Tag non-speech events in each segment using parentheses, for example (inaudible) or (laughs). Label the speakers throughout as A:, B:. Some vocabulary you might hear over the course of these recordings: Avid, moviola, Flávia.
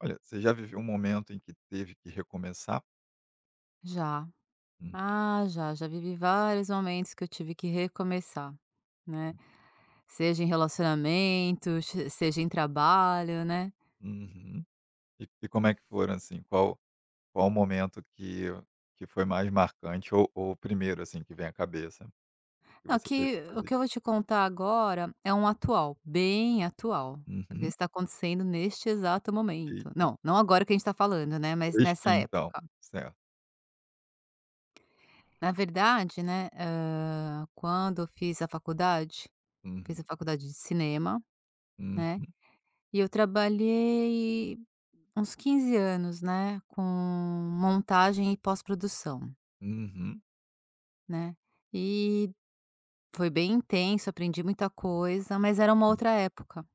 A: Olha, você já viveu um momento em que teve que recomeçar?
B: Já.
A: Hum,
B: Ah, já vivi vários momentos que eu tive que recomeçar, né, seja em relacionamentos, seja em trabalho, né.
A: uhum. E como é que foram, assim? Qual o momento que foi mais marcante ou o primeiro, assim, que vem à cabeça, que
B: Não,
A: você teve
B: que
A: que
B: o
A: fazer?
B: que eu vou te contar agora é um atual, bem atual, porque
A: Uhum.
B: está acontecendo neste exato momento.
A: Eita,
B: Não, não agora que a gente está falando, né, mas nessa
A: fresquinho então,
B: época.
A: certo.
B: Na verdade, né, quando eu
A: Uhum,
B: fiz a faculdade de cinema, né,
A: uhum,
B: e eu trabalhei uns 15 anos, né, com montagem e pós-produção,
A: uhum.
B: né. E foi bem intenso, aprendi muita coisa, mas era uma outra época.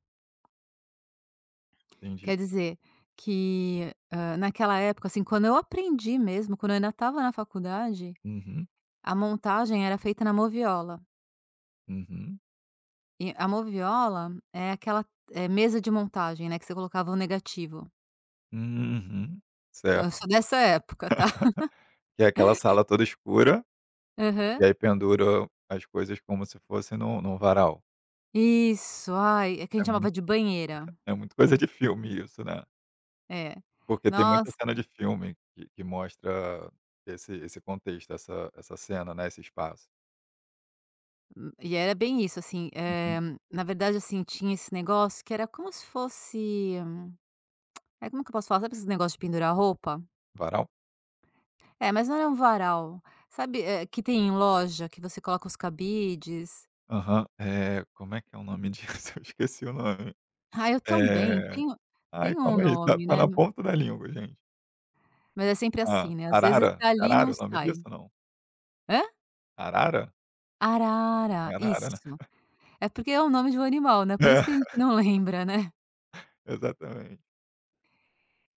A: Entendi.
B: Quer dizer que, naquela época, assim, quando eu aprendi mesmo, quando eu ainda estava na faculdade,
A: Uhum,
B: a montagem era feita na moviola.
A: uhum,
B: E a moviola é aquela, mesa de montagem, né, que você colocava o negativo.
A: uhum.
B: Então eu
A: Certo.
B: sou dessa época, tá. (laughs)
A: Que é aquela sala toda escura, e
B: Aham.
A: aí pendura as coisas como se fosse num varal.
B: Isso, ai, é que a
A: É
B: gente chamava
A: muito
B: de banheira.
A: é muito coisa de filme isso, né?
B: É.
A: Porque tem muita
B: Nossa.
A: cena de filme que mostra esse contexto, essa cena, né, esse espaço.
B: E era bem isso, assim,
A: Uhum.
B: na verdade, assim, tinha esse negócio que era como se fosse. É como que eu posso falar? Sabe esse negócio de pendurar roupa?
A: Varal?
B: É, mas não era um varal. Sabe, que tem em loja, que você coloca os cabides?
A: Aham. Como é que é o nome disso? (laughs) Eu esqueci o nome.
B: Ah, eu também,
A: Eh,
B: tenho.
A: Ai,
B: Tem um
A: calma aí, tá
B: nome,
A: tá
B: né,
A: na ponta da língua, gente.
B: mas é sempre assim, né, às vezes
A: Arara?
B: tá
A: É
B: ali e
A: arara
B: não
A: é o nome
B: sai.
A: disso ou não?
B: Hã?
A: Arara?
B: Arara,
A: É arara, né.
B: isso. É porque é o nome de um animal, né, por isso que a gente
A: (laughs)
B: não (laughs) lembra, né.
A: É, exatamente.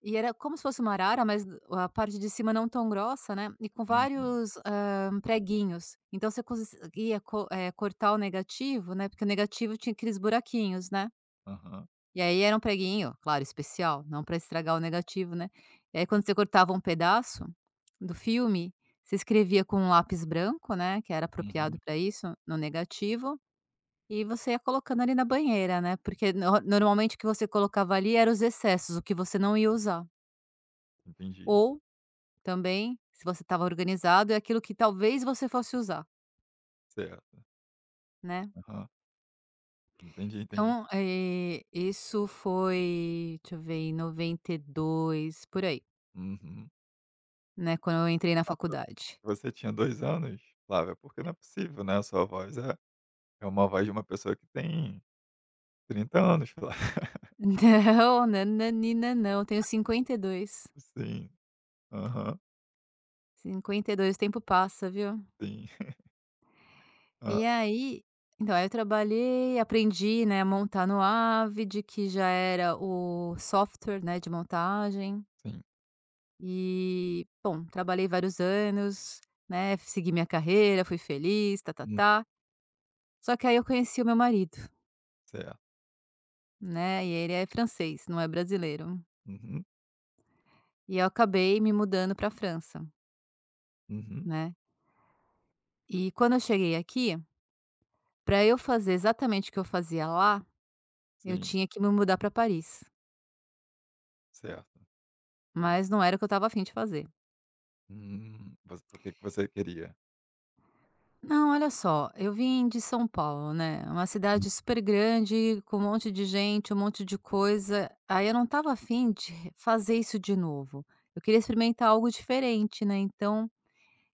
B: E era como se fosse uma arara, mas a parte de cima não tão grossa, né, e com
A: Uhum.
B: vários, preguinhos. Então você conseguia cortar o negativo, né, porque o negativo tinha aqueles buraquinhos, né.
A: Aham.
B: E aí era um preguinho, claro, especial, não para estragar o negativo, né. E aí quando você cortava um pedaço do filme, você escrevia com um lápis branco, né, que era apropriado
A: Uhum.
B: para isso, no negativo, e você ia colocando ali na banheira, né, porque no normalmente o que você colocava ali eram os excessos, o que você não ia usar.
A: Entendi.
B: Ou também, se você estava organizado, é aquilo que talvez você fosse usar,
A: Certo.
B: né.
A: Aham. Entendi, entendi.
B: Então, isso foi, deixa eu ver, em 92, por aí,
A: Uhum.
B: né, quando eu entrei na faculdade.
A: Você tinha 2 anos, Flávia? Porque não é possível, né, a sua voz é uma voz de uma pessoa que tem 30 anos, Flávia. (laughs)
B: (laughs) Não, nananinanão, tenho
A: Sim. Aham.
B: 52, 52, o tempo passa, viu.
A: Sim. Ah,
B: E aí então, aí eu trabalhei, aprendi, né, a montar no Avid, que já era o software, né, de montagem.
A: sim.
B: E, bom, trabalhei vários anos, né, segui minha carreira, fui feliz,
A: Hum,
B: tá-tá-tá. Só que aí eu conheci o meu marido,
A: certo.
B: né, e ele é francês, não é brasileiro.
A: Uhum,
B: E eu acabei me mudando pra França,
A: uhum.
B: né. E quando eu cheguei aqui, pra eu fazer exatamente o que eu fazia lá, eu
A: Sim,
B: tinha que me mudar pra Paris,
A: certo.
B: mas não era o que eu estava afim de fazer.
A: Uhum. Voc O que que você queria?
B: Não, olha só, eu vim de São Paulo, né, uma
A: Hum,
B: cidade super grande, com um monte de gente, um monte de coisa, aí eu não estava afim de re fazer isso de novo. Eu queria experimentar algo diferente, né, então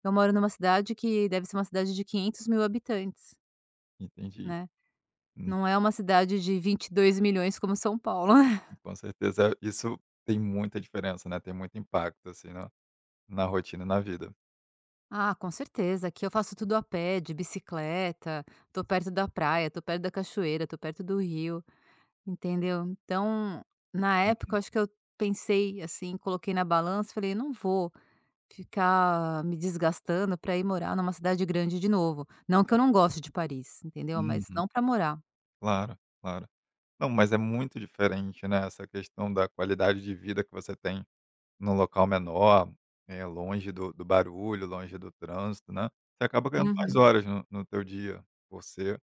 B: eu moro numa cidade que deve ser uma cidade de 500.000 habitantes,
A: entendi.
B: né,
A: Hum,
B: não é uma cidade de 22 milhões como São Paulo, né?
A: sim,
B: (laughs)
A: com certeza isso tem muita diferença, né, tem muito impacto, assim, na rotina e na vida.
B: Ah, com certeza, aqui eu faço tudo a pé, de bicicleta, tô perto da praia, tô perto da cachoeira, tô perto do rio. Entendeu? Então, na época, eu acho que eu pensei assim, coloquei na balança, falei: "Não vou ficar me desgastando para ir morar numa cidade grande de novo". Não que eu não goste de Paris, entendeu? Mas
A: Uhum.
B: não para morar.
A: Claro, claro. Não, mas é muito diferente, né, essa questão da qualidade de vida que você tem num local menor, longe do barulho, longe do trânsito, né. Você acaba ganhando mais, uhum,
B: Uhum.
A: horas no teu dia, por ser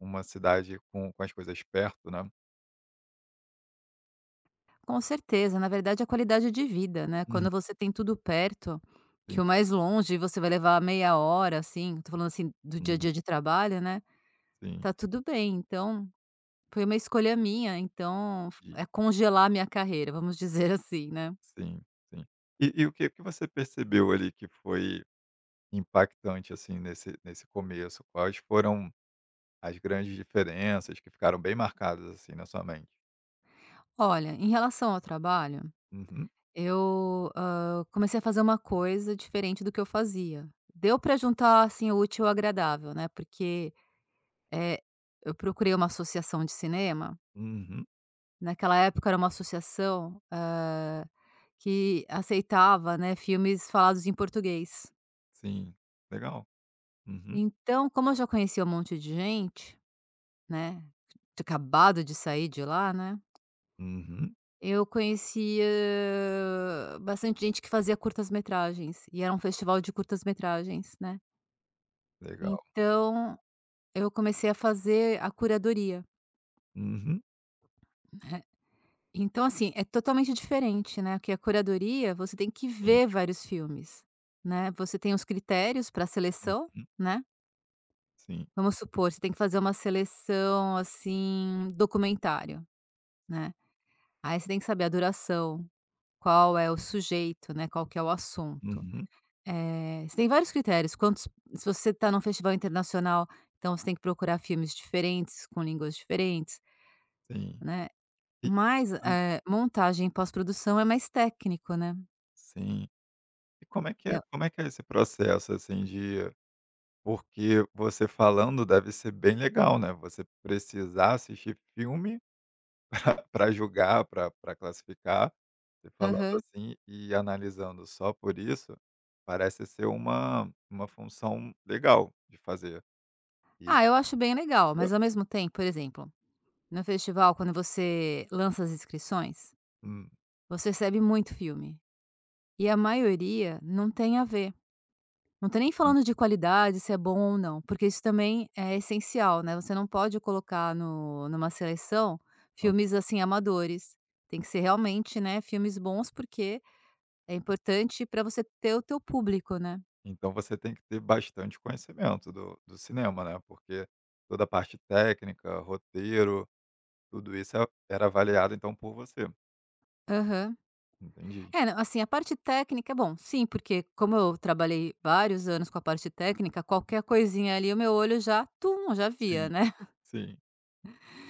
A: uma cidade com as coisas perto, né.
B: Com certeza, na verdade, a qualidade de vida, né,
A: Uhum.
B: quando você tem tudo perto, que
A: Sim.
B: o mais longe você vai levar meia hora, assim, tô falando assim do dia a
A: Uhum.
B: dia de trabalho, né,
A: Sim,
B: tá tudo bem. Então, foi uma escolha minha, então,
A: entendi.
B: é congelar minha carreira, vamos (laughs) dizer assim, né?
A: Sim, sim. E o que que você percebeu ali que foi impactante, assim, nesse começo? Quais foram as grandes diferenças que ficaram bem marcadas, assim, na sua mente?
B: Olha, em relação ao trabalho,
A: Uhum.
B: eu, comecei a fazer uma coisa diferente do que eu fazia. Deu para juntar, assim, o útil ao agradável, né, porque, eh, eu procurei uma associação de cinema,
A: Uhum,
B: naquela época era uma associação, que aceitava, né, filmes falados em português.
A: sim. Legal. Uhum,
B: Então, como eu já conhecia um monte de gente, né, tinha acabado de sair de lá, né.
A: uhum,
B: Eu conhecia bastante gente que fazia curtas-metragens, e era um festival de curtas-metragens, né.
A: legal.
B: Então, eu comecei a fazer a curadoria.
A: Uhum,
B: Então, assim, é totalmente diferente, né, porque a curadoria, você tem que
A: sim.
B: ver vários filmes, né. Você tem os critérios pra seleção,
A: Uhum,
B: né.
A: sim.
B: Vamos supor, você tem que fazer uma seleção, assim, documentário, né. Aí você tem que saber a duração, qual é o sujeito, né, qual que é o assunto.
A: Uhum,
B: Você tem vários critérios, quantos se você está num festival internacional, então você tem que procurar filmes diferentes, com línguas diferentes,
A: sim.
B: né.
A: E
B: Mas,
A: hã,
B: montagem e pós-produção é mais técnico, né.
A: sim. E como é que
B: É.
A: é como é que é esse processo, assim, de porque você falando deve ser bem legal, né, você precisar assistir filme (laughs) pra julgar, pra classificar. Você falando
B: Aham.
A: assim e analisando só por isso, parece ser uma função legal de fazer. E,
B: Ah, eu acho bem legal, mas ao mesmo tempo, por exemplo, no festival quando você lança as inscrições,
A: hum,
B: você recebe muito filme, e a maioria não tem a ver. Não tô nem falando de qualidade, se é bom ou não, porque isso também é essencial, né, você não pode colocar no numa seleção
A: hum.
B: filmes, assim, amadores. Tem que ser realmente, né, filmes bons, porque é importante para você ter o teu público, né.
A: Então você tem que ter bastante conhecimento do cinema, né, porque toda a parte técnica, roteiro, tudo isso era avaliado, então, por você.
B: Aham.
A: Entendi.
B: É, não, assim, a parte técnica, é bom, sim, porque como eu trabalhei vários anos com a parte técnica, qualquer coisinha ali, o meu olho já, tum, já via,
A: Sim,
B: né,
A: sim.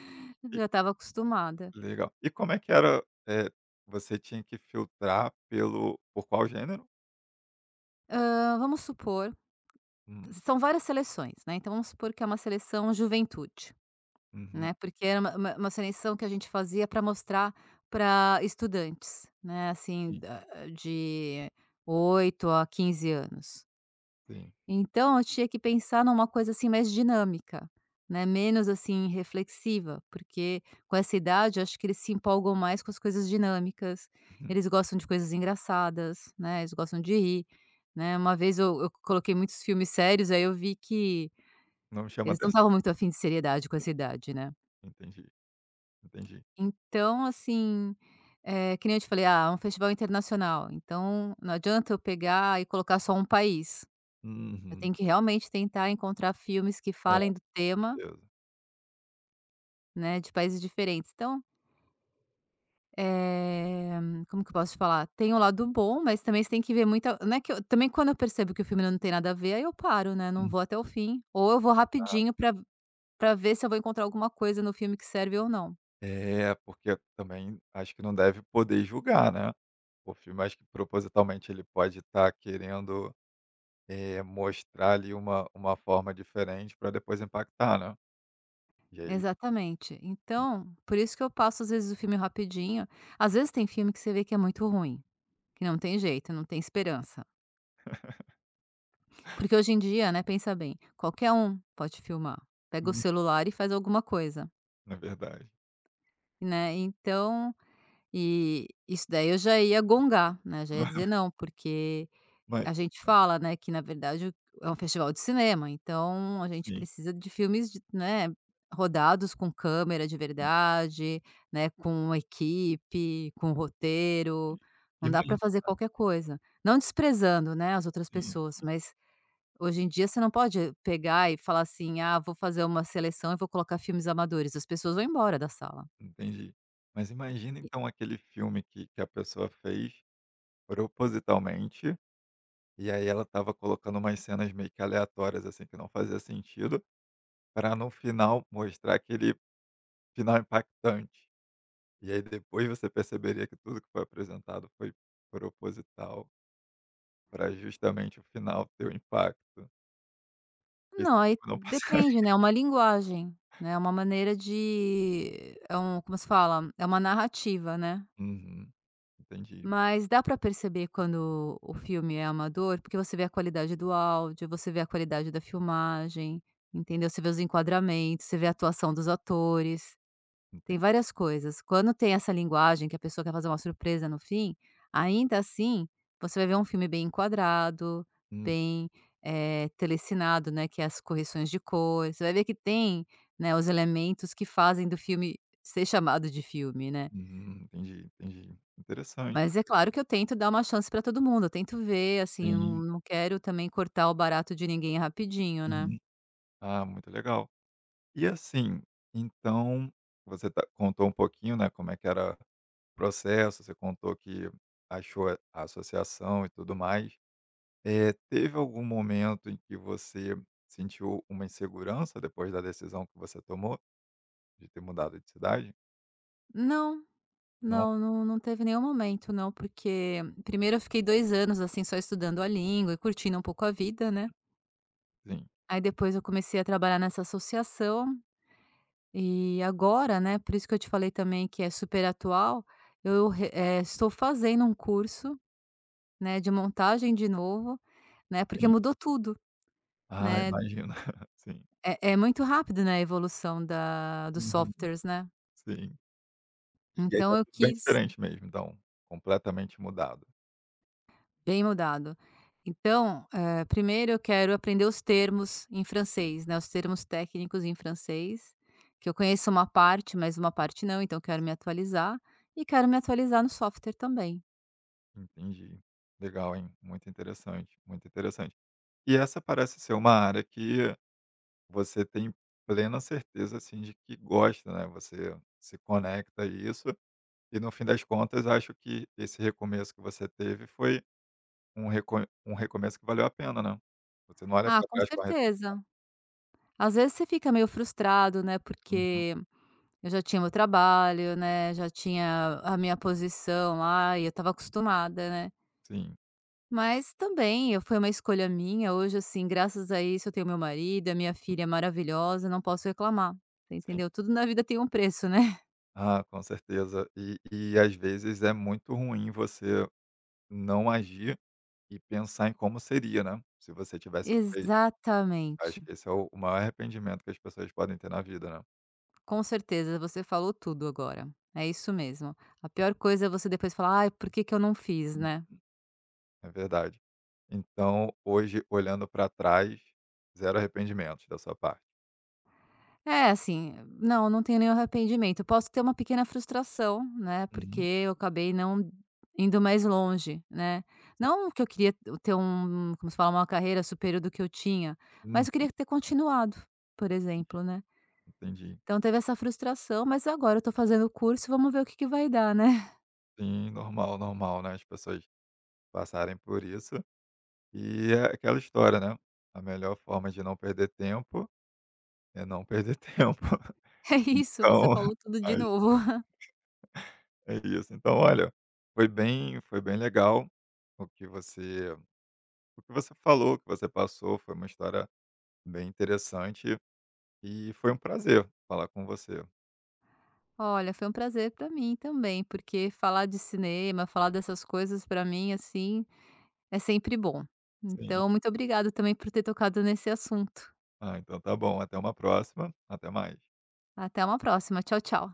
B: (laughs)
A: E,
B: já estava acostumada.
A: legal. E como é que era, você tinha que filtrar pelo por qual gênero?
B: Vamos supor
A: Hum,
B: são várias seleções, né, então vamos supor que é uma seleção juventude.
A: uhum,
B: Né, porque era uma seleção que a gente fazia para mostrar para estudantes, né, assim,
A: sim,
B: da de 8 a 15 anos.
A: sim.
B: Então eu tinha que pensar numa coisa, assim, mais dinâmica, né, menos, assim, reflexiva, porque com essa idade eu acho que eles se empolgam mais com as coisas dinâmicas,
A: Uhum.
B: eles gostam de coisas engraçadas, né, eles gostam de rir, né. Uma vez eu coloquei muitos filmes sérios, aí eu vi que
A: Não me chama
B: eles não
A: atenção.
B: estavam muito afim de seriedade com
A: Sim,
B: essa idade, né.
A: entendi, entendi.
B: Então, assim, que nem eu te falei: "Ah, é um festival internacional", então não adianta eu pegar e colocar só um país. Eu
A: Uhum.
B: tenho que realmente tentar encontrar filmes que
A: É,
B: falem do tema,
A: beleza.
B: né, de países diferentes. Então, eh, como que eu posso te falar? Tem o lado bom, mas também você tem que ver muita. Não é que eu também quando eu percebo que o filme não tem nada a ver, aí eu paro, né, não vou até o fim, ou eu vou rapidinho pra ver se eu vou encontrar alguma coisa no filme que serve ou não.
A: É, porque também acho que não deve poder julgar, né. O filme acho que propositalmente ele pode estar querendo, mostrar ali uma forma diferente para depois impactar, né. E aí,
B: Exatamente. Então, por isso que eu passo às vezes o filme rapidinho. Às vezes tem filme que você vê que é muito ruim, que não tem jeito, não tem esperança. Porque hoje em dia, né, pensa bem, qualquer um pode filmar. Pega o celular e faz alguma coisa,
A: não é verdade.
B: né? Então, e isso daí eu já ia gongar, né, já ia dizer
A: (laughs)
B: não, porque
A: Mas
B: a gente
A: hã,
B: fala, né, que na verdade é um festival de cinema, então a gente
A: sim,
B: precisa de filmes de, né, rodados com câmera de
A: sim,
B: verdade, né, com uma equipe, com roteiro,
A: sim.
B: não dá para
A: Imagi
B: fazer qualquer coisa. Não desprezando, né, as outras
A: Sim,
B: pessoas, mas hoje em dia você não pode pegar e falar assim: "Ah, vou fazer uma seleção e vou colocar filmes amadores", as pessoas vão embora da sala.
A: entendi. Mas imagina então aquele filme que a pessoa fez propositalmente, e aí ela estava colocando umas cenas meio que aleatórias, assim, que não fazia sentido, para no final mostrar aquele final impactante. E aí depois você perceberia que tudo que foi apresentado foi proposital para justamente o final ter o impacto. Esse
B: Não, aí
A: filme não passa. (laughs)
B: depende, né, é uma linguagem, né, é uma maneira de é um como se fala? É uma narrativa, né.
A: Uhum, entendi,
B: Mas dá para perceber quando o filme é amador, porque você vê a qualidade do áudio, você vê a qualidade da filmagem, entendeu? Você vê os enquadramentos, você vê a atuação dos atores.
A: enten
B: Tem várias coisas. Quando tem essa linguagem que a pessoa quer fazer uma surpresa no fim, ainda assim, você vai ver um filme bem enquadrado,
A: hum,
B: bem, telecinado, né, que é as correções de cor. Você vai ver que tem, né, os elementos que fazem do filme ser chamado de filme, né.
A: uhum, entendi, entendi. Interessante.
B: Mas é claro que eu tento dar uma chance para todo mundo, eu tento ver, assim, não
A: Sim,
B: não quero também cortar o barato de ninguém rapidinho, né.
A: uhum. Ah, muito legal. E assim, então você contou um pouquinho, né, como é que era o processo, você contou que achou a associação e tudo mais. Teve algum momento em que você sentiu uma insegurança depois da decisão que você tomou de ter mudado de cidade?
B: Não,
A: Não?
B: não, não teve nenhum momento não, porque primeiro eu fiquei 2 anos, assim, só estudando a língua e curtindo um pouco a vida, né.
A: Sim.
B: Aí depois eu comecei a trabalhar nessa associação, e agora, né, por isso que eu te falei também que é super atual, eu estou fazendo um curso, né, de montagem de novo, né, porque
A: Sim.
B: mudou tudo,
A: Ah,
B: né.
A: imagina. (laughs) Sim.
B: É muito rápido, né, a evolução da dos
A: Uhum.
B: softwares, né.
A: Sim. E aí tá
B: Então eu
A: tudo bem
B: quis.
A: diferente mesmo, então, completamente mudado.
B: Bem mudado. Então, primeiro eu quero aprender os termos em francês, né, os termos técnicos em francês, que eu conheço uma parte, mas uma parte não, então quero me atualizar, e quero me atualizar no software também.
A: Entendi. Legal, hein? Muito interessante, muito interessante. E essa parece ser uma área que você tem plena certeza, assim, de que gosta, né, você se conecta a isso. E no fim das contas, acho que esse recomeço que você teve foi um reco um recomeço que valeu a pena, né. Você não olha
B: Ah,
A: para
B: com
A: trás com arrependimento.
B: certeza. Às vezes você fica meio frustrado, né,
A: Uhum,
B: porque eu já tinha meu trabalho, né, já tinha a minha posição lá e eu estava acostumada, né.
A: sim,
B: Mas também eu foi uma escolha minha, hoje, assim, graças a isso eu tenho meu marido, a minha filha é maravilhosa, não posso reclamar, você
A: sim.
B: entendeu? Tudo na vida tem um preço, né.
A: Ah, com certeza. E às vezes é muito ruim você não agir e pensar em como seria, né, se você
B: (laughs)
A: tivesse feito. Acho
B: Exatamente,
A: que esse é o maior arrependimento que as pessoas podem ter na vida, né.
B: com certeza, você falou tudo agora, é isso mesmo. A pior coisa é você depois falar: "Ai, por que que eu não fiz",
A: Hum,
B: né.
A: é verdade. Então, hoje, olhando para trás, zero arrependimentos da sua parte.
B: É, assim, não, não tenho nenhum arrependimento. Posso ter uma pequena frustração, né, porque
A: Uhum,
B: eu acabei não indo mais longe, né.
A: sim.
B: Não que eu queria ter um como se fala? Uma carreira superior do que eu tinha, mas eu
A: Hum,
B: queria ter continuado, por
A: entendi,
B: exemplo, né.
A: entendi.
B: Então teve essa frustração, mas agora eu tô fazendo o curso, vamos ver o que que vai dar, né. (laughs)
A: Sim, normal, normal, né, as pessoas passarem por isso. E é aquela história, né, a melhor forma de não perder tempo é não perder (laughs) tempo.
B: É isso, você
A: Então,
B: falou tudo de
A: acho
B: novo. (laughs)
A: que é isso. Então, olha, foi bem legal o que você o que você falou, o que você passou, foi uma história bem interessante e foi um prazer falar com você.
B: Olha, foi um prazer pra mim também, porque falar de cinema, falar dessas coisas pra mim, assim, é sempre bom.
A: Sim.
B: Então, muito obrigado também por ter tocado nesse assunto.
A: Ah, então tá bom, até uma próxima, até mais.
B: Até uma próxima. Tchau, tchau.